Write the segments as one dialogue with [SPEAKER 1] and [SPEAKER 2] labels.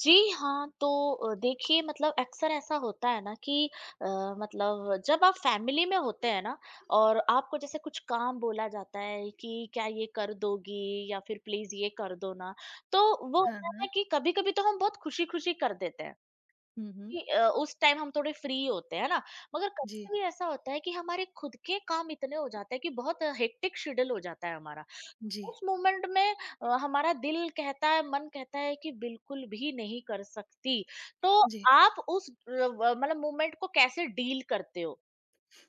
[SPEAKER 1] जी हाँ, तो देखिए मतलब अक्सर ऐसा होता है ना कि अ, मतलब जब आप फैमिली में होते हैं ना और आपको जैसे कुछ काम बोला जाता है कि क्या ये कर दोगी या फिर प्लीज ये कर दो ना, तो वो
[SPEAKER 2] हाँ,
[SPEAKER 1] होता है ना
[SPEAKER 2] हाँ।
[SPEAKER 1] कि कभी-कभी तो हम बहुत खुशी-खुशी कर देते हैं।
[SPEAKER 2] हुँ, हुँ।
[SPEAKER 1] कि उस टाइम हम थोड़े फ्री होते हैं, है ना? मगर
[SPEAKER 2] जी,
[SPEAKER 1] कभी-कभी ऐसा होता है कि हमारे खुद के काम इतने हो जाते हैं कि बहुत हेक्टिक शेड्यूल हो जाता है हमारा।
[SPEAKER 2] जी,
[SPEAKER 1] उस मोमेंट में हमारा दिल कहता है, मन कहता है कि बिल्कुल भी नहीं कर सकती। तो
[SPEAKER 2] जी।
[SPEAKER 1] आप उस अ, व मतलब मोमेंट को कैसे डील करते हो?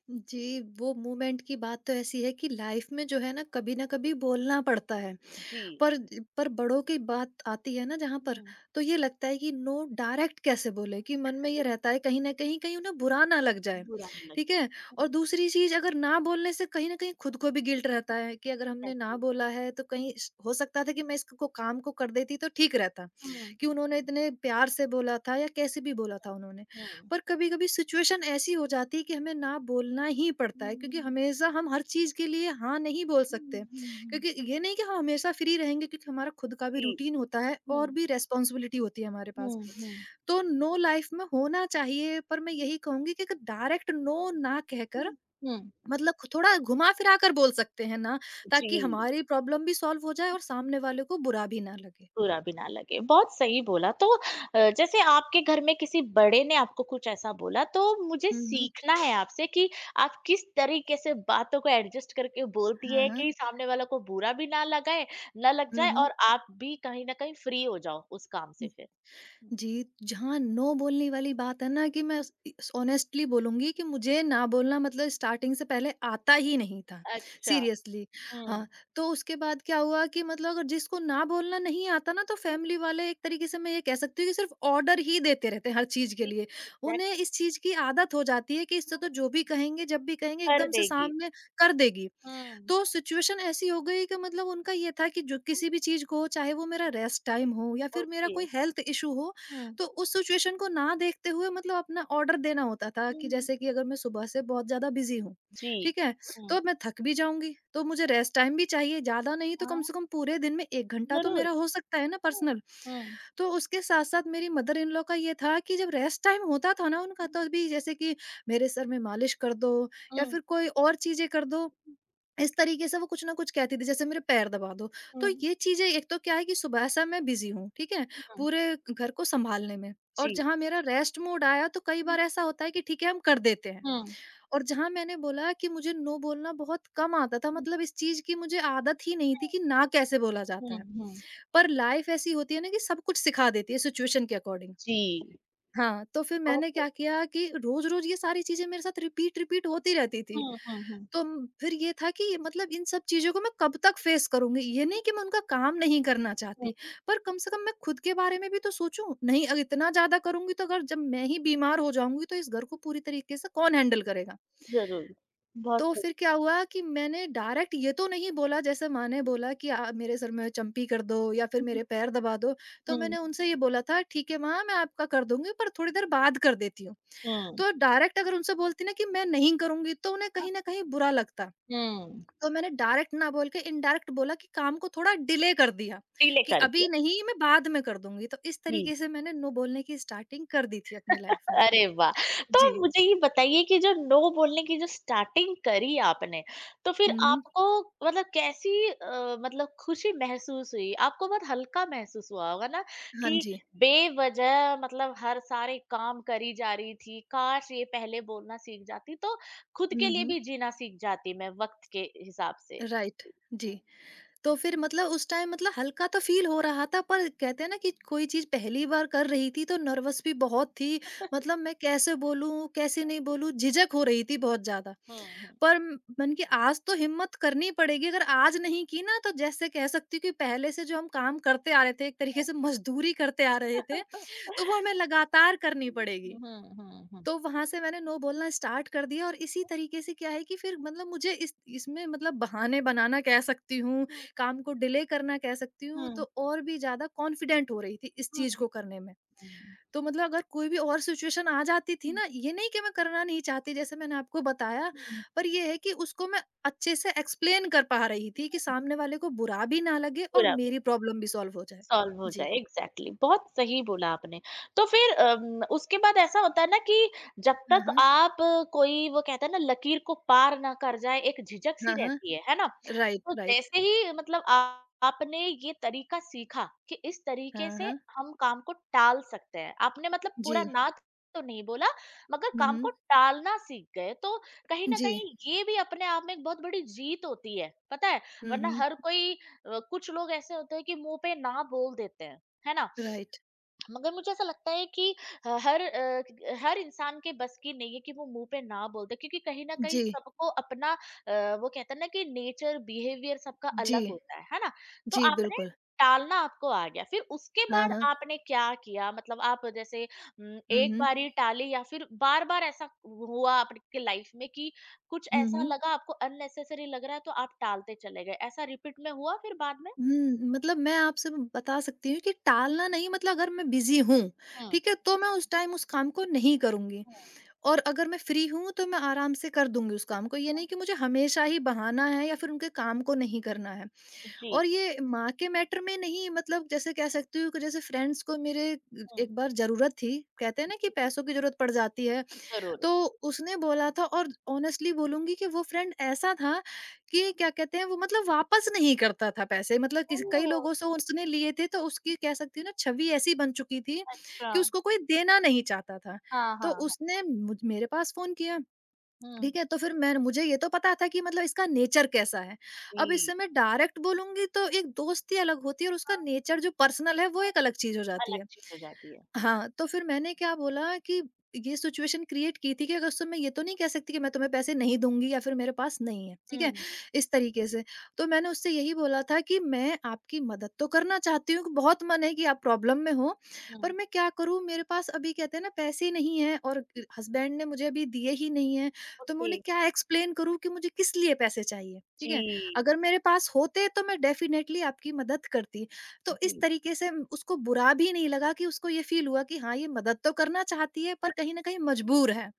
[SPEAKER 2] जी, वो मोमेंट की बात तो ऐसी है कि लाइफ़ में जो है ना कभी न कभी बोलना पड़ता है।
[SPEAKER 1] जी।
[SPEAKER 2] पर पर बड़ों की बात आती है ना जहाँ पर,
[SPEAKER 1] हुँ।
[SPEAKER 2] तो ये लगता है कि नो डायरेक्ट कैसे बोले कि मन में ये रहता है कहीं न कहीं, कहीं उन्हें बुरा ना लग जाए,
[SPEAKER 1] बुरा ना
[SPEAKER 2] ठीक
[SPEAKER 1] लगे।
[SPEAKER 2] है?
[SPEAKER 1] हुँ,
[SPEAKER 2] और दूसरी चीज़, अगर ना बोलने से कहीं न कहीं खुद को भी गिल्ट रहता है कि अगर हमने ना
[SPEAKER 1] एग्ज़ैक्टली।
[SPEAKER 2] बोला है तो कहीं
[SPEAKER 1] हुँ,
[SPEAKER 2] श हो सकता था कि मैं इसको काम को कर देती तो ठीक रहता,
[SPEAKER 1] हुँ,
[SPEAKER 2] कि उन्होंने इतने प्यार से बोला था या कैसे भी बोला था उन्होंने।
[SPEAKER 1] हुँ।
[SPEAKER 2] पर कभी-कभी सिचुएशन ऐसी हो जाती है कि हमें ना बोलना ही पड़ता है, क्योंकि हमेशा हम हर चीज़ के लिए हाँ नहीं बोल
[SPEAKER 1] हुँ,
[SPEAKER 2] सकते।
[SPEAKER 1] हुँ, हुँ,
[SPEAKER 2] क्योंकि ये नहीं कि हम हमेशा फ्री रहेंगे, क्योंकि हमारा खुद का भी
[SPEAKER 1] जी।
[SPEAKER 2] रूटीन होता है
[SPEAKER 1] हुँ,
[SPEAKER 2] और भी रेस्पॉन्सिबिलिटी होती है हमारे पास।
[SPEAKER 1] हुँ, हुँ,
[SPEAKER 2] तो नो लाइफ में होना चाहिए, पर मैं
[SPEAKER 1] हुँ,
[SPEAKER 2] यही कहूंगी कि डायरेक्ट नो ना कहकर
[SPEAKER 1] हुँ, हुँ।
[SPEAKER 2] मतलब थोड़ा घुमा फिरा कर बोल सकते हैं ना, ताकि
[SPEAKER 1] जी।
[SPEAKER 2] हमारी प्रॉब्लम भी सॉल्व हो जाए और सामने वाले को बुरा भी ना लगे।
[SPEAKER 1] बुरा भी ना लगे। बहुत सही बोला। तो जैसे आपके घर में किसी बड़े ने आपको कुछ ऐसा बोला तो मुझे
[SPEAKER 2] हम्म, हम्म।
[SPEAKER 1] सीखना है आपसे कि आप किस तरीके से बातों को एडजस्ट करके बोलती
[SPEAKER 2] हाँ,
[SPEAKER 1] है
[SPEAKER 2] हाँ।
[SPEAKER 1] कि सामने वाला को बुरा भी ना लगाए, ना लग जाए
[SPEAKER 2] हम्म, हम्म।
[SPEAKER 1] और आप भी कहीं न कहीं फ्री हो जाओ उस काम से फिर?
[SPEAKER 2] जी, जहाँ नो बोलने वाली बात है ना, कि मैं स इ ऑनेस्टली बोलूँगी कि मुझे ना बोलना, मतलब स्टार्टिंग से पहले आता
[SPEAKER 1] हुँ।
[SPEAKER 2] ही नहीं था,
[SPEAKER 1] अच्छा।
[SPEAKER 2] सीरियसली।
[SPEAKER 1] हुँ।
[SPEAKER 2] हाँ, तो उसके बाद क्या हुआ कि मतलब अगर जिसको ना बोलना नहीं आता ना, तो
[SPEAKER 1] हुँ,
[SPEAKER 2] फैमिली वाले एक तरीके से, मैं ये कह सकती हूँ कि सिर्फ़ ऑर्डर ही देते रहते हैं हर चीज़ के
[SPEAKER 1] जी,
[SPEAKER 2] लिए। उन्हें
[SPEAKER 1] एग्ज़ैक्टली।
[SPEAKER 2] इस चीज़ की आदत हो जाती है कि इससे तो
[SPEAKER 1] हुँ,
[SPEAKER 2] जो भी कहेंगे, जब भी कहेंगे
[SPEAKER 1] कर
[SPEAKER 2] एकदम से
[SPEAKER 1] देगी।
[SPEAKER 2] सामने कर देगी।
[SPEAKER 1] हुँ।
[SPEAKER 2] तो सिचुएशन ऐसी हो गई कि मतलब उनका ये था कि जो
[SPEAKER 1] हुँ,
[SPEAKER 2] किसी भी चीज़ को, चाहे वो मेरा रेस्ट टाइम हो या फिर मेरा
[SPEAKER 1] ओके।
[SPEAKER 2] कोई हेल्थ इशू हो,
[SPEAKER 1] हुँ।
[SPEAKER 2] तो उस सिचुएशन को ना देखते हुए, मतलब अपना ऑर्डर देना होता था।
[SPEAKER 1] हुँ,
[SPEAKER 2] कि
[SPEAKER 1] हुँ।
[SPEAKER 2] जैसे कि अगर मैं सुबह से बहुत ज़्यादा बिज़ी हूँ,
[SPEAKER 1] जी।
[SPEAKER 2] ठीक है?
[SPEAKER 1] हुँ।
[SPEAKER 2] तो मैं थक भी जाऊँगी, तो मुझे रेस्ट टाइम भी चाहिए, ज़्यादा नहीं तो
[SPEAKER 1] हाँ,
[SPEAKER 2] कम से कम पूरे दिन में 1 घंटा तो
[SPEAKER 1] ज़रूर।
[SPEAKER 2] मेरा हो सकता है ना
[SPEAKER 1] हुँ।
[SPEAKER 2] पर्सनल।
[SPEAKER 1] हुँ।
[SPEAKER 2] तो उसके साथ-साथ मेरी मदर इन लॉ का ये था कि जब रेस्ट टाइम होता था ना उनका,
[SPEAKER 1] हुँ।
[SPEAKER 2] तभी जैसे कि मेरे सर में मालिश कर दो या
[SPEAKER 1] हुँ।
[SPEAKER 2] फिर कोई और चीज़ें कर दो। इस तरीके से वो कुछ ना कुछ कहती थी, जैसे मेरे पैर दबा दो। तो
[SPEAKER 1] हुँ,
[SPEAKER 2] ये चीज़ें, एक तो क्या है कि सुबह से मैं बिज़ी हूँ, ठीक है?
[SPEAKER 1] हुँ।
[SPEAKER 2] पूरे घर को सँभालने में। और
[SPEAKER 1] जी।
[SPEAKER 2] जहाँ मेरा रेस्ट मोड आया तो कई
[SPEAKER 1] हुँ,
[SPEAKER 2] बार ऐसा होता है कि ठीक है, हम कर देते हैं। और जहाँ मैंने बोला कि मुझे नो बोलना बहुत कम आता था,
[SPEAKER 1] हुँ,
[SPEAKER 2] मतलब इस चीज़ की मुझे आदत ही नहीं थी कि ना कैसे बोला
[SPEAKER 1] हुँ,
[SPEAKER 2] जाता है।
[SPEAKER 1] हुँ।
[SPEAKER 2] पर लाइफ़ ऐसी होती है ना कि सब कुछ सिखा देती है सिचुएशन के अकॉर्डिंग।
[SPEAKER 1] जी,
[SPEAKER 2] हाँ, तो फिर
[SPEAKER 1] बहुत
[SPEAKER 2] मैंने
[SPEAKER 1] सही।
[SPEAKER 2] क्या किया कि रोज़-रोज़ ये सारी चीज़ें मेरे साथ रिपीट-रिपीट होती रहती थी।
[SPEAKER 1] हुँ, हुँ, हुँ।
[SPEAKER 2] तो म फिर ये था कि मतलब इन सब चीज़ों को मैं कब तक फ़ेस करूँगी? ये नहीं कि मैं उनका काम नहीं करना
[SPEAKER 1] हुँ।
[SPEAKER 2] चाहती, पर कम से कम मैं खुद के बारे में भी तो सोचूँ। नहीं इतना ज़्यादा करूँगी तो अगर जब मैं ही बीमार हो जाऊँगी, तो इस घर को पूरी तरीके से कौन हैंडल करेगा?
[SPEAKER 1] ज़रूर, बहुत
[SPEAKER 2] तो
[SPEAKER 1] सही।
[SPEAKER 2] फिर क्या हुआ कि मैंने डायरेक्ट ये तो नहीं बोला, जैसे माँ ने बोला कि मेरे सर में चंपी कर दो या फिर
[SPEAKER 1] हुँ,
[SPEAKER 2] मेरे पैर दबा दो। तो
[SPEAKER 1] हुँ,
[SPEAKER 2] मैंने उनसे ये बोला था, ठीक है माँ, मैं आपका कर दूँगी पर थोड़ी देर बाद कर देती हूँ।
[SPEAKER 1] हुँ, हुँ।
[SPEAKER 2] तो डायरेक्ट अगर उनसे बोलती ना कि मैं नहीं करूँगी, तो उन्हें
[SPEAKER 1] हाँ।
[SPEAKER 2] कहीं न कहीं बुरा लगता।
[SPEAKER 1] हुँ।
[SPEAKER 2] तो मैंने डायरेक्ट ना बोल के इनडायरेक्ट बोला कि काम को थोड़ा डिले कर दिया,
[SPEAKER 1] डिले
[SPEAKER 2] कि
[SPEAKER 1] कर
[SPEAKER 2] अभी
[SPEAKER 1] दिया।
[SPEAKER 2] नहीं, मैं बाद में कर दूँगी, तो इस
[SPEAKER 1] जी।
[SPEAKER 2] तरीके से मैंने नो बोलने की स्टार्टिंग कर दी थी अपनी लाइफ़ में।
[SPEAKER 1] अरे वाह! तो
[SPEAKER 2] जी।
[SPEAKER 1] मुझे ये बताइए कि जो नो बोलने की जो स्टार्टिंग करी आपने, तो फिर
[SPEAKER 2] हुँ।
[SPEAKER 1] आपको मतलब कैसी मतलब खुशी महसूस हुई? आपको बहुत हल्का महसूस हुआ होगा ना
[SPEAKER 2] हाँ
[SPEAKER 1] कि
[SPEAKER 2] जी।
[SPEAKER 1] बेवजह मतलब हर सारे काम करी जा रही थी, काश ये पहले बोलना सीख जाती तो खुद के
[SPEAKER 2] हुँ,
[SPEAKER 1] लिए
[SPEAKER 2] हुँ।
[SPEAKER 1] भी जीना सीख जाती मैं वक़्त के हिसाब से।
[SPEAKER 2] राइट,
[SPEAKER 1] जी,
[SPEAKER 2] जी।
[SPEAKER 1] हुँ।
[SPEAKER 2] तो फिर, मतलब उस टाइम, मतलब हल्का तो फ़ील हो रहा था, पर कहते हैं ना कि कोई चीज़ पहली बार कर रही थी तो नर्वस भी बहुत थी, मतलब मैं कैसे बोलूँ, कैसे नहीं बोलूँ, झिझक हो रही थी बहुत ज़्यादा।
[SPEAKER 1] हुँ, हुँ।
[SPEAKER 2] पर म मन की आज तो हिम्मत करनी पड़ेगी, अगर आज नहीं की ना तो जैसे कह सकती हूँ कि पहले से जो हम काम करते आ रहे थे, एक तरीके से मज़दूरी करते आ रहे थे, तो वो हमें लगातार करनी पड़ेगी।
[SPEAKER 1] हुँ, हुँ, हुँ, हुँ।
[SPEAKER 2] तो वहाँ से मैंने नो बोलना स्टार्ट कर दिया और इसी तरीके से क्या है कि फिर मतलब मुझे इस इसमें, मतलब बहाने बनाना कह सकती हूँ,
[SPEAKER 1] हुँ,
[SPEAKER 2] काम को डिले करना कह सकती हूँ,
[SPEAKER 1] हुँ,
[SPEAKER 2] तो और भी ज़्यादा कॉन्फिडेंट हो रही थी इस
[SPEAKER 1] हुँ,
[SPEAKER 2] चीज़ को करने में।
[SPEAKER 1] हुँ।
[SPEAKER 2] तो मतलब अगर कोई भी और सिचुएशन आ जाती थी
[SPEAKER 1] हुँ,
[SPEAKER 2] ना, ये नहीं कि मैं करना नहीं चाहती, जैसे मैंने आपको बताया, पर ये है कि उसको मैं अच्छे से एक्सप्लेन कर पा रही थी कि सामने वाले को बुरा भी ना लगे और
[SPEAKER 1] पूरा भी
[SPEAKER 2] मेरी प्रॉब्लम भी सॉल्व हो जाए।
[SPEAKER 1] सॉल्व हो
[SPEAKER 2] जी।
[SPEAKER 1] जाए, एग्ज़ैक्टली, बहुत सही बोला आपने। तो फिर उसके बाद ऐसा होता है ना कि जब
[SPEAKER 2] हाँ,
[SPEAKER 1] तक
[SPEAKER 2] हाँ।
[SPEAKER 1] आप कोई वो कहते हैं ना लकीर को पार ना कर जाए एक झिझक-सी
[SPEAKER 2] हाँ, हाँ।
[SPEAKER 1] रहती है ना?
[SPEAKER 2] राइट,
[SPEAKER 1] तो
[SPEAKER 2] राइट।
[SPEAKER 1] जैसे ही मतलब आप, आपने ये तरीका सीखा कि इस तरीके
[SPEAKER 2] हाँ,
[SPEAKER 1] से
[SPEAKER 2] हाँ।
[SPEAKER 1] हम काम को टाल सकते हैं, आपने मतलब
[SPEAKER 2] जी।
[SPEAKER 1] पूरा ना तो नहीं बोला मगर
[SPEAKER 2] हुँ,
[SPEAKER 1] काम को
[SPEAKER 2] हुँ।
[SPEAKER 1] टालना सीख गए, तो कहीं न
[SPEAKER 2] जी।
[SPEAKER 1] कहीं ये भी अपने आप में एक बहुत बड़ी जीत होती है, पता है?
[SPEAKER 2] हुँ,
[SPEAKER 1] वरना
[SPEAKER 2] हुँ।
[SPEAKER 1] हर कोई कुछ लोग ऐसे होते हैं कि मुंह पे ना बोल देते हैं, है ना?
[SPEAKER 2] राइट।
[SPEAKER 1] मगर मुझे ऐसा लगता है कि हर हर इंसान के बस की नहीं है कि वो मुंह पे ना बोल दे, क्योंकि कहीं ना कहीं
[SPEAKER 2] जी,
[SPEAKER 1] सबको अपना वो कहते हैं ना कि नेचर बिहेवियर सबका
[SPEAKER 2] जी,
[SPEAKER 1] अलग होता है ना? तो
[SPEAKER 2] जी,
[SPEAKER 1] आपने
[SPEAKER 2] बिल्कुल।
[SPEAKER 1] टालना आपको आ गया फिर उसके
[SPEAKER 2] हाँ,
[SPEAKER 1] बाद
[SPEAKER 2] हाँ।
[SPEAKER 1] आपने क्या किया मतलब आप जैसे
[SPEAKER 2] हुँ,
[SPEAKER 1] एक
[SPEAKER 2] हुँ।
[SPEAKER 1] बार ही टाली या फिर बार बार ऐसा हुआ आपके लाइफ में कि कुछ
[SPEAKER 2] हुँ,
[SPEAKER 1] ऐसा
[SPEAKER 2] हुँ।
[SPEAKER 1] लगा आपको अननेसेसरी लग रहा है तो आप टालते चले गए, ऐसा रिपीट में हुआ फिर बाद में?
[SPEAKER 2] हुँ, मतलब मैं आपसे बता सकती हूँ कि टालना नहीं, मतलब अगर मैं
[SPEAKER 1] हुँ,
[SPEAKER 2] बिज़ी हूँ,
[SPEAKER 1] हुँ,
[SPEAKER 2] ठीक है? तो मैं उस टाइम उस काम को नहीं करूँगी, और अगर मैं फ्री हूँ तो मैं आराम से कर दूँगी उस काम को। ये
[SPEAKER 1] हुँ,
[SPEAKER 2] नहीं कि मुझे हमेशा ही बहाना है या फिर उनके काम को नहीं करना है।
[SPEAKER 1] जी।
[SPEAKER 2] और ये माँ के मैटर में नहीं, मतलब जैसे कह सकती हूँ कि जैसे फ्रेंड्स को, मेरे
[SPEAKER 1] हुँ,
[SPEAKER 2] एक बार ज़रूरत थी, कहते हैं ना कि
[SPEAKER 1] जी,
[SPEAKER 2] पैसों की ज़रूरत पड़ जाती है,
[SPEAKER 1] ज़रूर।
[SPEAKER 2] तो उसने बोला था। और ऑनेस्टली बोलूँगी कि वो फ्रेंड ऐसा था कि क्या कहते हैं वो, मतलब वापस नहीं करता था पैसे, मतलब किस कई
[SPEAKER 1] ओह!
[SPEAKER 2] लोगों से उसने लिए थे, तो उसकी कह सकती हूँ ना छवि ऐसी बन चुकी थी
[SPEAKER 1] अच्छा।
[SPEAKER 2] कि उसको कोई देना नहीं चाहता था।
[SPEAKER 1] हाँ,
[SPEAKER 2] तो
[SPEAKER 1] हाँ, हाँ।
[SPEAKER 2] उसने मुझ मेरे पास फ़ोन किया,
[SPEAKER 1] हुँ।
[SPEAKER 2] ठीक है? तो फिर मैं मुझे ये तो पता था कि मतलब इसका नेचर कैसा है। अब
[SPEAKER 1] जी।
[SPEAKER 2] इससे मैं डायरेक्ट बोलूँगी तो एक दोस्ती अलग होती है और उसका
[SPEAKER 1] हाँ,
[SPEAKER 2] नेचर जो पर्सनल है वो
[SPEAKER 1] हाँ।
[SPEAKER 2] एक अलग चीज़ हो जाती
[SPEAKER 1] अलग
[SPEAKER 2] है।
[SPEAKER 1] चीज़ हो जाती है।
[SPEAKER 2] हाँ, तो फिर मैंने क्या बोला कि ये सिचुएशन क्रिएट की थी, कि अगर उस समय, ये तो नहीं कह सकती कि मैं तुम्हें पैसे नहीं दूँगी या फिर मेरे पास नहीं है, ठीक है?
[SPEAKER 1] हुँ,
[SPEAKER 2] इस तरीके से। तो मैंने उससे यही बोला था कि मैं आपकी मदद तो करना चाहती हूँ, बहुत मन है कि आप प्रॉब्लम में हो, पर
[SPEAKER 1] हुँ।
[SPEAKER 2] मैं क्या करूँ, मेरे पास अभी कहते हैं ना पैसे नहीं हैं, और हस्बैंड ने मुझे अभी दिए ही नहीं हैं, तो मैं
[SPEAKER 1] ओके।
[SPEAKER 2] उन्हें क्या एक्सप्लेन करूँ कि मुझे किस लिए पैसे चाहिए, ठीक है?
[SPEAKER 1] जी।
[SPEAKER 2] अगर मेरे पास होते तो मैं डेफ़िनेटली आपकी मदद करती। तो इस
[SPEAKER 1] जी,
[SPEAKER 2] तरीके से उसको बुरा भी नहीं लगा, कि उसको ये फ़ील हुआ कि हाँ, ये मदद तो करना चाहती है पर कहीं न कहीं मजबूर है।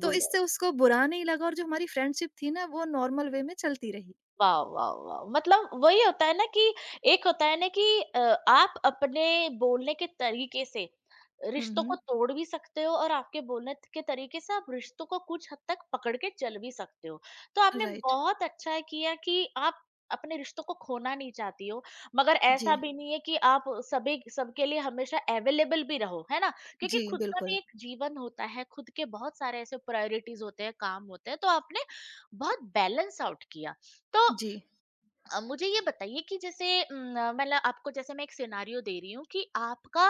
[SPEAKER 2] तो इससे उसको बुरा नहीं लगा और जो हमारी फ्रेंडशिप थी ना, वो नॉर्मल वे में चलती रही।
[SPEAKER 1] वाह! वाह! वाह! मतलब वही होता है ना कि एक होता है ना कि अ, आप अपने बोलने के तरीके से
[SPEAKER 2] हुँ,
[SPEAKER 1] रिश्तों को
[SPEAKER 2] हुँ।
[SPEAKER 1] तोड़ भी सकते हो और आपके बोलने त के तरीके से आप रिश्तों को कुछ हद तक पकड़ के चल भी सकते हो। तो आपने
[SPEAKER 2] राइट।
[SPEAKER 1] बहुत अच्छा किया कि आप अपने रिश्तों को खोना नहीं चाहती हो, मगर
[SPEAKER 2] जी।
[SPEAKER 1] ऐसा भी नहीं है कि आप सभी सबके लिए हमेशा अवेलेबल भी रहो, है ना? क्योंकि
[SPEAKER 2] जी,
[SPEAKER 1] खुद का भी
[SPEAKER 2] बिल्कुल।
[SPEAKER 1] एक जीवन होता है, खुद के बहुत सारे ऐसे प्रायोरिटीज़ होते हैं, काम होते हैं, तो आपने बहुत बैलेंस आउट किया। तो
[SPEAKER 2] जी।
[SPEAKER 1] मुझे ये बताइए कि जैसे मतलब आपको जैसे मैं एक सिनेरियो दे रही हूँ कि आपका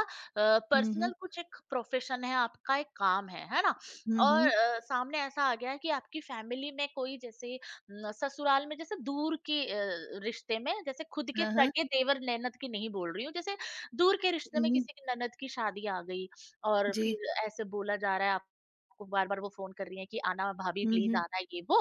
[SPEAKER 2] हुँ,
[SPEAKER 1] पर्सनल
[SPEAKER 2] हुँ।
[SPEAKER 1] कुछ एक प्रोफेशन है, आपका एक काम है ना?
[SPEAKER 2] हुँ,
[SPEAKER 1] और
[SPEAKER 2] हुँ।
[SPEAKER 1] सामने ऐसा आ गया है कि आपकी फैमिली में कोई जैसे न, ससुराल में जैसे दूर के रिश्ते में, जैसे खुद के
[SPEAKER 2] हाँ, हाँ।
[SPEAKER 1] सगे देवर ननद की नहीं बोल रही हूँ, जैसे दूर के रिश्ते
[SPEAKER 2] हुँ,
[SPEAKER 1] में
[SPEAKER 2] हुँ।
[SPEAKER 1] किसी की ननद की शादी आ गई और
[SPEAKER 2] जी।
[SPEAKER 1] फिर ऐसे बोला जा रहा है आपको, बार-बार वो फ़ोन कर रही हैं कि आना भाभी,
[SPEAKER 2] हुँ,
[SPEAKER 1] प्लीज़
[SPEAKER 2] हुँ।
[SPEAKER 1] आना, ये वो।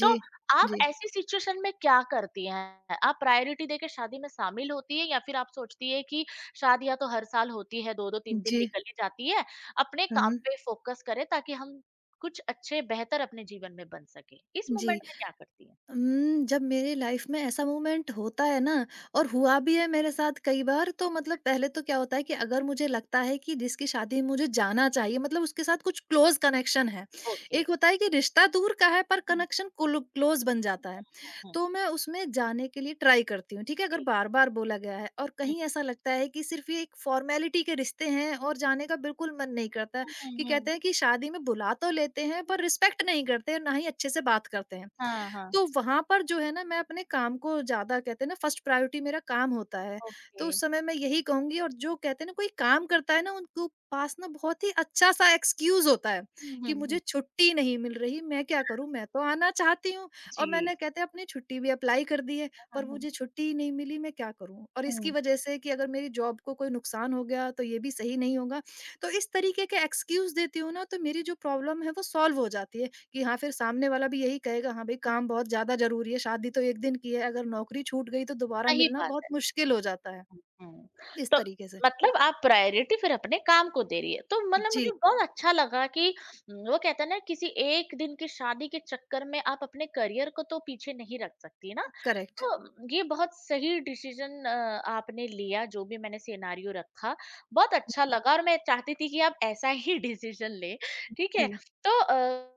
[SPEAKER 1] तो
[SPEAKER 2] जी।
[SPEAKER 1] आप
[SPEAKER 2] जी।
[SPEAKER 1] ऐसी सिचुएशन में क्या करती हैं? आप प्रायोरिटी देके शादी में शामिल होती हैं या फिर आप सोचती है कि शादियाँ तो हर साल होती है, दो-दो तीन-तीन
[SPEAKER 2] जी।
[SPEAKER 1] निकल ही जाती है, अपने काम
[SPEAKER 2] हुँ।
[SPEAKER 1] पे फोकस करें ताकि हम कुछ अच्छे बेहतर अपने जीवन में बन सकें। इस
[SPEAKER 2] जी।
[SPEAKER 1] मोमेंट में क्या करती हैं?
[SPEAKER 2] जब मेरी लाइफ में ऐसा मोमेंट होता है ना, और हुआ भी है मेरे साथ कई बार, तो मतलब पहले तो क्या होता है कि अगर मुझे लगता है कि जिसकी शादी में मुझे जाना चाहिए, मतलब उसके साथ कुछ क्लोज़ कनेक्शन है।
[SPEAKER 1] ओके।
[SPEAKER 2] एक होता है कि रिश्ता दूर का है पर
[SPEAKER 1] हुँ, हुँ,
[SPEAKER 2] कनेक्शन कुल क्लोज़ बन जाता है।
[SPEAKER 1] हुँ।
[SPEAKER 2] तो मैं उसमें जाने के लिए ट्राई करती हूँ, ठीक है? अगर
[SPEAKER 1] जी,
[SPEAKER 2] बार-बार बोला गया है और
[SPEAKER 1] हुँ।
[SPEAKER 2] कहीं ऐसा लगता है कि सिर्फ़ ये एक फ़ॉर्मेलिटी के रिश्ते हैं और जाने का बिल्कुल मन नहीं करता है,
[SPEAKER 1] हुँ, हुँ,
[SPEAKER 2] कि
[SPEAKER 1] हुँ।
[SPEAKER 2] कहते हैं कि शादी में बुला तो लेते हैं पर रिस्पेक्ट नहीं करते हैं, ना ही अच्छे
[SPEAKER 1] ओके।
[SPEAKER 2] से बात करते हैं।
[SPEAKER 1] हाँ, हाँ।
[SPEAKER 2] तो वहाँ पर जो है ना, मैं अपने काम को ज़्यादा, कहते हैं ना फर्स्ट प्रायोरिटी मेरा काम होता है।
[SPEAKER 1] ओके।
[SPEAKER 2] तो उस समय मैं यही कहूँगी, और जो कहते हैं ना कोई काम करता है ना उनको पास ना बहुत ही अच्छा-सा एक्सक्यूज़ होता है
[SPEAKER 1] हुँ, हुँ,
[SPEAKER 2] कि
[SPEAKER 1] हुँ।
[SPEAKER 2] मुझे छुट्टी नहीं मिल रही, मैं क्या करूँ? मैं तो आना चाहती हूँ, और
[SPEAKER 1] जी।
[SPEAKER 2] मैंने कहते हैं अपनी छुट्टी भी अप्लाई कर दी है, पर
[SPEAKER 1] हुँ, हुँ,
[SPEAKER 2] मुझे छुट्टी ही नहीं मिली, मैं क्या करूँ? और इसकी
[SPEAKER 1] हुँ।
[SPEAKER 2] वज़ह से कि अगर मेरी जॉब को कोई नुकसान हो गया तो ये भी सही नहीं होगा। तो इस तरीके के एक्सक्यूज़ देती हूँ ना, तो मेरी जो प्रॉब्लम है वो सॉल्व हो जाती है। कि हाँ, फिर सामने वाला भी यही कहेगा, हाँ, भई काम बहुत ज़्यादा ज़रूरी है, शादी तो 1 दिन की है, अगर नौकरी छूट गई तो दोबारा
[SPEAKER 1] सही
[SPEAKER 2] मिलना
[SPEAKER 1] बात।
[SPEAKER 2] बहुत मुश्किल हो जाता है।
[SPEAKER 1] हुँ, हुँ।
[SPEAKER 2] इस
[SPEAKER 1] तो
[SPEAKER 2] तरीके से।
[SPEAKER 1] मतलब आप प्रायोरिटी फिर अपने काम को दे रही है। तो मतलब मुझे
[SPEAKER 2] जी,
[SPEAKER 1] बहुत अच्छा लगा कि वो कहते हैं ना, किसी एक दिन की शादी के चक्कर में आप अपने करियर को तो पीछे नहीं रख सकती ना।
[SPEAKER 2] करेक्ट।
[SPEAKER 1] तो ये बहुत सही डिसीज़न आपने लिया जो भी मैंने सिनेरियो रखा। बहुत अच्छा लगा और मैं चाहती थी कि आप ऐसा ही डिसीज़न लें, ठीक है?
[SPEAKER 2] जी।
[SPEAKER 1] तो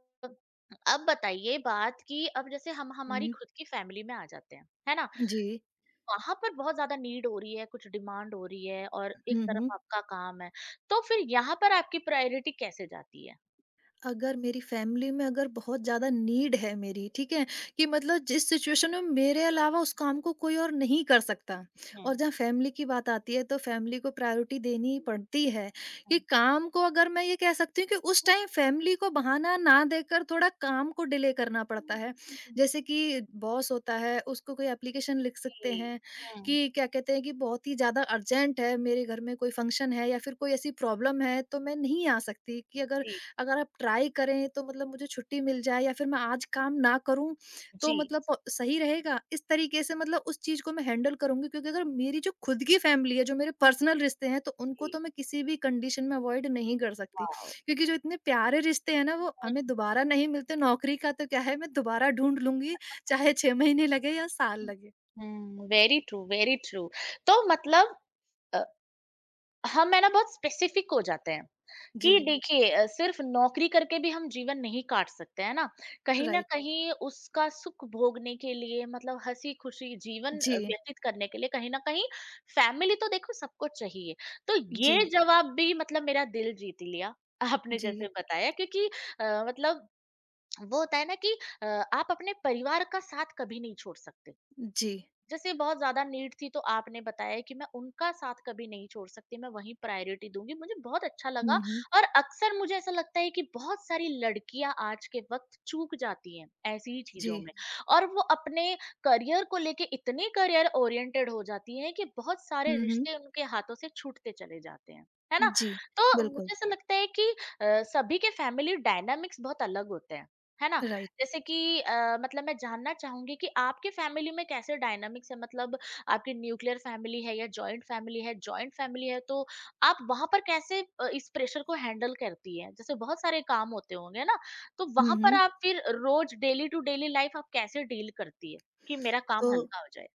[SPEAKER 1] अब बताइए बात कि अब जैसे हम हमारी
[SPEAKER 2] हुँ,
[SPEAKER 1] खुद की फैमिली में आ जाते हैं, है ना?
[SPEAKER 2] जी।
[SPEAKER 1] वहाँ पर बहुत ज़्यादा नीड हो रही है, कुछ डिमांड हो रही है और एक
[SPEAKER 2] हुँ,
[SPEAKER 1] तरफ
[SPEAKER 2] हुँ।
[SPEAKER 1] आपका काम है, तो फिर यहाँ पर आपकी प्रायोरिटी कैसे जाती है?
[SPEAKER 2] अगर मेरी फैमिली में अगर बहुत ज़्यादा नीड है मेरी, ठीक है? कि मतलब जिस सिचुएशन में मेरे अलावा उस काम को कोई और नहीं कर सकता,
[SPEAKER 1] हुँ,
[SPEAKER 2] और जहाँ फैमिली की बात आती है, तो फैमिली को प्रायोरिटी देनी ही
[SPEAKER 1] हुँ।
[SPEAKER 2] पड़ती है, कि काम को अगर मैं ये कह सकती हूँ कि उस टाइम फैमिली को बहाना ना देकर थोड़ा काम को डिले करना पड़ता
[SPEAKER 1] हुँ,
[SPEAKER 2] है।
[SPEAKER 1] हुँ।
[SPEAKER 2] जैसे कि बॉस होता है, उसको कोई एप्लीकेशन लिख
[SPEAKER 1] जी,
[SPEAKER 2] सकते हैं
[SPEAKER 1] हुँ,
[SPEAKER 2] कि क्या कहते हैं कि बहुत ही ज़्यादा अर्जेंट है, मेरे घर में कोई फंक्शन है या फिर कोई ऐसी प्रॉब्लम है, तो मैं नहीं आ सकती, कि अगर
[SPEAKER 1] जी,
[SPEAKER 2] अगर आप ट्राई करें तो मतलब मुझे छुट्टी मिल जाए या फिर मैं आज काम ना करूं, तो
[SPEAKER 1] जी,
[SPEAKER 2] मतलब सही रहेगा। इस तरीके से मतलब उस चीज़ को मैं हैंडल करूँगी, क्योंकि अगर मेरी जो खुद की फैमिली है, जो मेरे
[SPEAKER 1] हुँ।
[SPEAKER 2] पर्सनल रिश्ते हैं, तो उनको
[SPEAKER 1] जी।
[SPEAKER 2] तो मैं किसी भी कंडीशन में अवॉइड नहीं कर सकती।
[SPEAKER 1] वॉव!
[SPEAKER 2] क्योंकि जो इतने प्यारे रिश्ते हैं ना वो
[SPEAKER 1] हुँ,
[SPEAKER 2] हमें दोबारा नहीं मिलते। नौकरी का तो क्या है, मैं दोबारा ढूँढ लूँगी, चाहे 6 महीने लगे या साल
[SPEAKER 1] हुँ।
[SPEAKER 2] लगे।
[SPEAKER 1] हुँ, वेरी ट्रू, वेरी ट्रू। तो मतलब अ, हम है ना बहुत स्पेसिफिक हो जाते हैं। कि
[SPEAKER 2] जी,
[SPEAKER 1] देखिए सिर्फ नौकरी करके भी हम जीवन नहीं काट सकते, है ना? कहीं न
[SPEAKER 2] राइट।
[SPEAKER 1] कहीं उसका सुख भोगने के लिए मतलब हँसी-खुशी जीवन
[SPEAKER 2] जी,
[SPEAKER 1] व्यतीत करने के लिए कहीं न कहीं फैमिली तो देखो सबको चाहिए। तो
[SPEAKER 2] जी,
[SPEAKER 1] ये जवाब भी मतलब मेरा दिल जीत लिया, आपने जैसे
[SPEAKER 2] जी,
[SPEAKER 1] बताया, क्योंकि मतलब वो होता है ना कि आप अपने परिवार का साथ कभी नहीं छोड़ सकते।
[SPEAKER 2] जी।
[SPEAKER 1] जैसे बहुत ज़्यादा नीड थी तो आपने बताया कि मैं उनका साथ कभी नहीं छोड़ सकती, मैं वहीं प्रायोरिटी दूँगी। मुझे बहुत अच्छा लगा।
[SPEAKER 2] हुँ, हुँ।
[SPEAKER 1] और अक्सर मुझे ऐसा लगता है कि बहुत सारी लड़कियाँ आज के वक़्त चूक जाती हैं, ऐसी ही
[SPEAKER 2] जी।
[SPEAKER 1] चीज़ों में, और वो अपने करियर को लेके इतनी करियर ओरिएंटेड हो जाती हैं कि बहुत सारे
[SPEAKER 2] हुँ, हुँ।
[SPEAKER 1] रिश्ते उनके हाथों से छूटते चले जाते हैं, है ना?
[SPEAKER 2] जी,
[SPEAKER 1] तो
[SPEAKER 2] बिल्कुल,
[SPEAKER 1] मुझे ऐसा लगता है कि सभी के फैमिली डायनामिक्स बहुत अलग होते हैं, है ना?
[SPEAKER 2] राइट।
[SPEAKER 1] जैसे कि मतलब मैं जानना चाहूंगी कि आपके फैमिली में कैसे डायनामिक्स है, मतलब आपकी न्यूक्लियर फैमिली है या जॉइंट फैमिली है? जॉइंट फैमिली है तो आप वहां पर कैसे इस प्रेशर को हैंडल करती है, जैसे बहुत सारे काम होते होंगे ना, तो
[SPEAKER 2] हुँ,
[SPEAKER 1] वहां पर
[SPEAKER 2] हुँ।
[SPEAKER 1] आप फिर रोज डेली टू डेली लाइफ आप कैसे डील करती है कि मेरा काम
[SPEAKER 2] तो
[SPEAKER 1] हल्का हो जाए?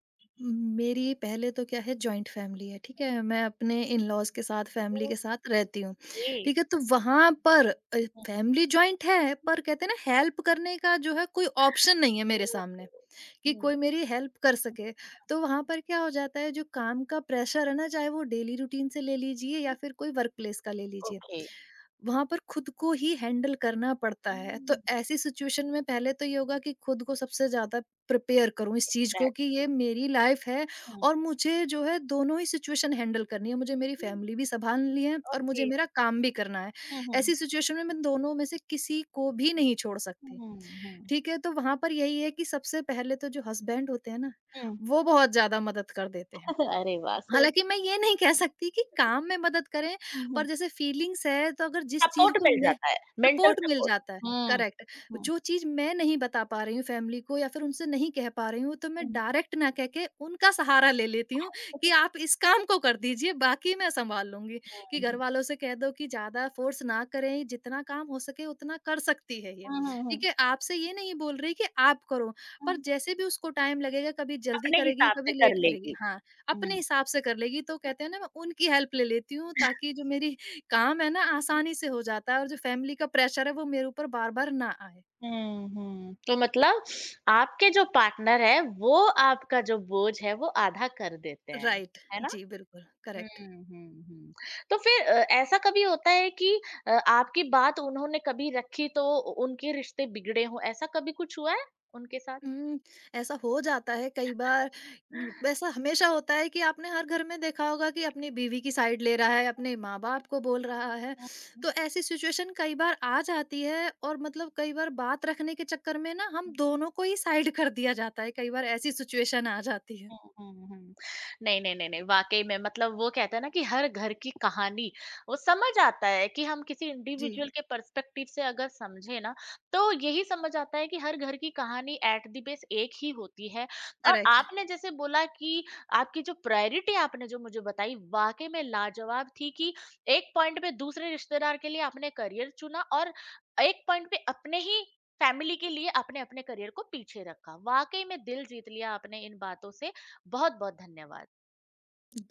[SPEAKER 2] उम, मेरी पहले तो क्या है, जॉइंट फैमिली है, ठीक है? मैं अपने इन-लॉज़ के साथ, फैमिली
[SPEAKER 1] ओ,
[SPEAKER 2] के साथ रहती हूँ,
[SPEAKER 1] ग्रेट।
[SPEAKER 2] ठीक है? तो वहाँ पर फैमिली जॉइंट है, पर
[SPEAKER 1] हम्म।
[SPEAKER 2] कहते हैं ना हेल्प करने का जो है कोई ऑप्शन नहीं है
[SPEAKER 1] ओ।
[SPEAKER 2] मेरे सामने। कि
[SPEAKER 1] हम्म,
[SPEAKER 2] कोई मेरी हेल्प कर सके। तो वहाँ पर क्या हो जाता है, जो काम का प्रेशर है ना, चाहे वो डेली रूटीन से ले लीजिए या
[SPEAKER 1] हम्म।
[SPEAKER 2] फिर कोई वर्क प्लेस का ले लीजिए।
[SPEAKER 1] ओके।
[SPEAKER 2] वहाँ पर खुद को ही हैंडल करना पड़ता है। तो
[SPEAKER 1] हम्म।
[SPEAKER 2] ऐसी सिचुएशन में पहले तो ये होगा कि खुद को सबसे ज़्यादा प्रिपेयर करूँ इस चीज़ को,
[SPEAKER 1] दैट-
[SPEAKER 2] कि ये मेरी लाइफ़ है
[SPEAKER 1] हम्म।
[SPEAKER 2] और मुझे जो है दोनों ही सिचुएशन हैंडल करनी है। मुझे मेरी फैमिली भी सँभालनी है और
[SPEAKER 1] ओके।
[SPEAKER 2] मुझे मेरा काम भी करना है।
[SPEAKER 1] हम्म। हम्म।
[SPEAKER 2] ऐसी सिचुएशन में मैं दोनों में से किसी को भी नहीं छोड़ सकती।
[SPEAKER 1] हुँ, हुँ।
[SPEAKER 2] ठीक है, तो वहाँ पर यही है कि सबसे पहले तो जो हस्बैंड होते हैं ना,
[SPEAKER 1] हुँ।
[SPEAKER 2] वो बहुत ज़्यादा मदद कर देते हैं।
[SPEAKER 1] अरे वाह! सो
[SPEAKER 2] हालाँकि मैं ये नहीं कह सकती कि काम में मदद करें,
[SPEAKER 1] हुँ, हुँ।
[SPEAKER 2] पर जैसे फीलिंग्स है, तो अगर जिस चीज़
[SPEAKER 1] सपोर्ट
[SPEAKER 2] को
[SPEAKER 1] मिल
[SPEAKER 2] मैं
[SPEAKER 1] जाता है, मेंटल
[SPEAKER 2] सपोर्ट मिल
[SPEAKER 1] सपोर्ट।
[SPEAKER 2] जाता है,
[SPEAKER 1] हुँ,
[SPEAKER 2] करेक्ट।
[SPEAKER 1] हुँ,
[SPEAKER 2] जो चीज़ मैं नहीं बता पा रही हूँ फैमिली को या फिर उनसे नहीं कह पा रही हूँ, तो मैं
[SPEAKER 1] हुँ।
[SPEAKER 2] डायरेक्ट ना कह के उनका सहारा ले लेती हूँ कि
[SPEAKER 1] हुँ,
[SPEAKER 2] आप इस काम को कर दीजिए, बाकी मैं सँभाल लूँगी। कि
[SPEAKER 1] हुँ।
[SPEAKER 2] घरवालों से कह दो कि ज़्यादा फ़ोर्स ना करें, जितना काम हो सके उतना कर सकती है ये।
[SPEAKER 1] हुँ, हुँ,
[SPEAKER 2] ठीक
[SPEAKER 1] हुँ।
[SPEAKER 2] है, आपसे ये नहीं बोल रही कि आप करो, पर
[SPEAKER 1] हुँ।
[SPEAKER 2] जैसे भी उसको टाइम लगेगा, कभी जल्दी
[SPEAKER 1] अपने
[SPEAKER 2] करेगी,
[SPEAKER 1] हिसाब से
[SPEAKER 2] कभी
[SPEAKER 1] कर
[SPEAKER 2] लेट करेगी।
[SPEAKER 1] लेगी।
[SPEAKER 2] हाँ। अपने
[SPEAKER 1] हुँ,
[SPEAKER 2] हिसाब से कर लेगी, तो कहते हैं ना मैं उनकी हेल्प ले लेती हूँ ताकि जो मेरी काम है ना आसानी से हो जाता है और जो फैमिली का प्रेशर है वो मेरे ऊपर बार-बार ना आए।
[SPEAKER 1] हुँ, हुँ। तो मतलब आपके जो पार्टनर है, वो आपका जो बोझ है, वो आधा कर देते हैं,
[SPEAKER 2] राइट
[SPEAKER 1] है ना?
[SPEAKER 2] जी, बिल्कुल
[SPEAKER 1] हुँ,
[SPEAKER 2] करेक्ट।
[SPEAKER 1] हुँ, हुँ। तो फिर ऐसा कभी होता है कि आपकी बात उन्होंने कभी रखी तो उ उनके रिश्ते बिगड़े हों, ऐसा कभी कुछ हुआ है उनके साथ?
[SPEAKER 2] हुँ, ऐसा हो जाता है कई बार, वैसा हमेशा होता है कि आपने हर घर में देखा होगा कि अपनी बीवी की साइड ले रहा है, अपने माँ-बाप को बोल रहा है।
[SPEAKER 1] Wow.
[SPEAKER 2] तो ऐसी सिचुएशन कई बार आ जाती है और मतलब कई बार बात रखने के चक्कर में ना हम दोनों को ही साइड कर दिया जाता है। कई बार ऐसी सिचुएशन आ जाती है।
[SPEAKER 1] हुँ, हुँ, हुँ। नहीं, नहीं, नहीं, नहीं, वाक़ई में मतलब वो कहते हैं ना कि हर घर की कहानी, वो समझ आता है कि हम किसी
[SPEAKER 2] जी,
[SPEAKER 1] इंडिविजुअल के पर्सपेक्टिव से अगर समझे ना, तो यही समझ आता है कि हर घर की कहानी एट द बेस एक ही होती है। और
[SPEAKER 2] करेक्ट।
[SPEAKER 1] आपने जैसे बोला कि आपकी जो प्रायोरिटी आपने जो मुझे बताई, वाक़ई में लाजवाब थी कि एक पॉइंट पे दूसरे रिश्तेदार के लिए आपने करियर चुना और एक पॉइंट पे अपने ही फैमिली के लिए आपने अपने करियर को पीछे रखा। वाक़ई में दिल जीत लिया आपने इन बातों से। बहुत बहुत धन्यवाद।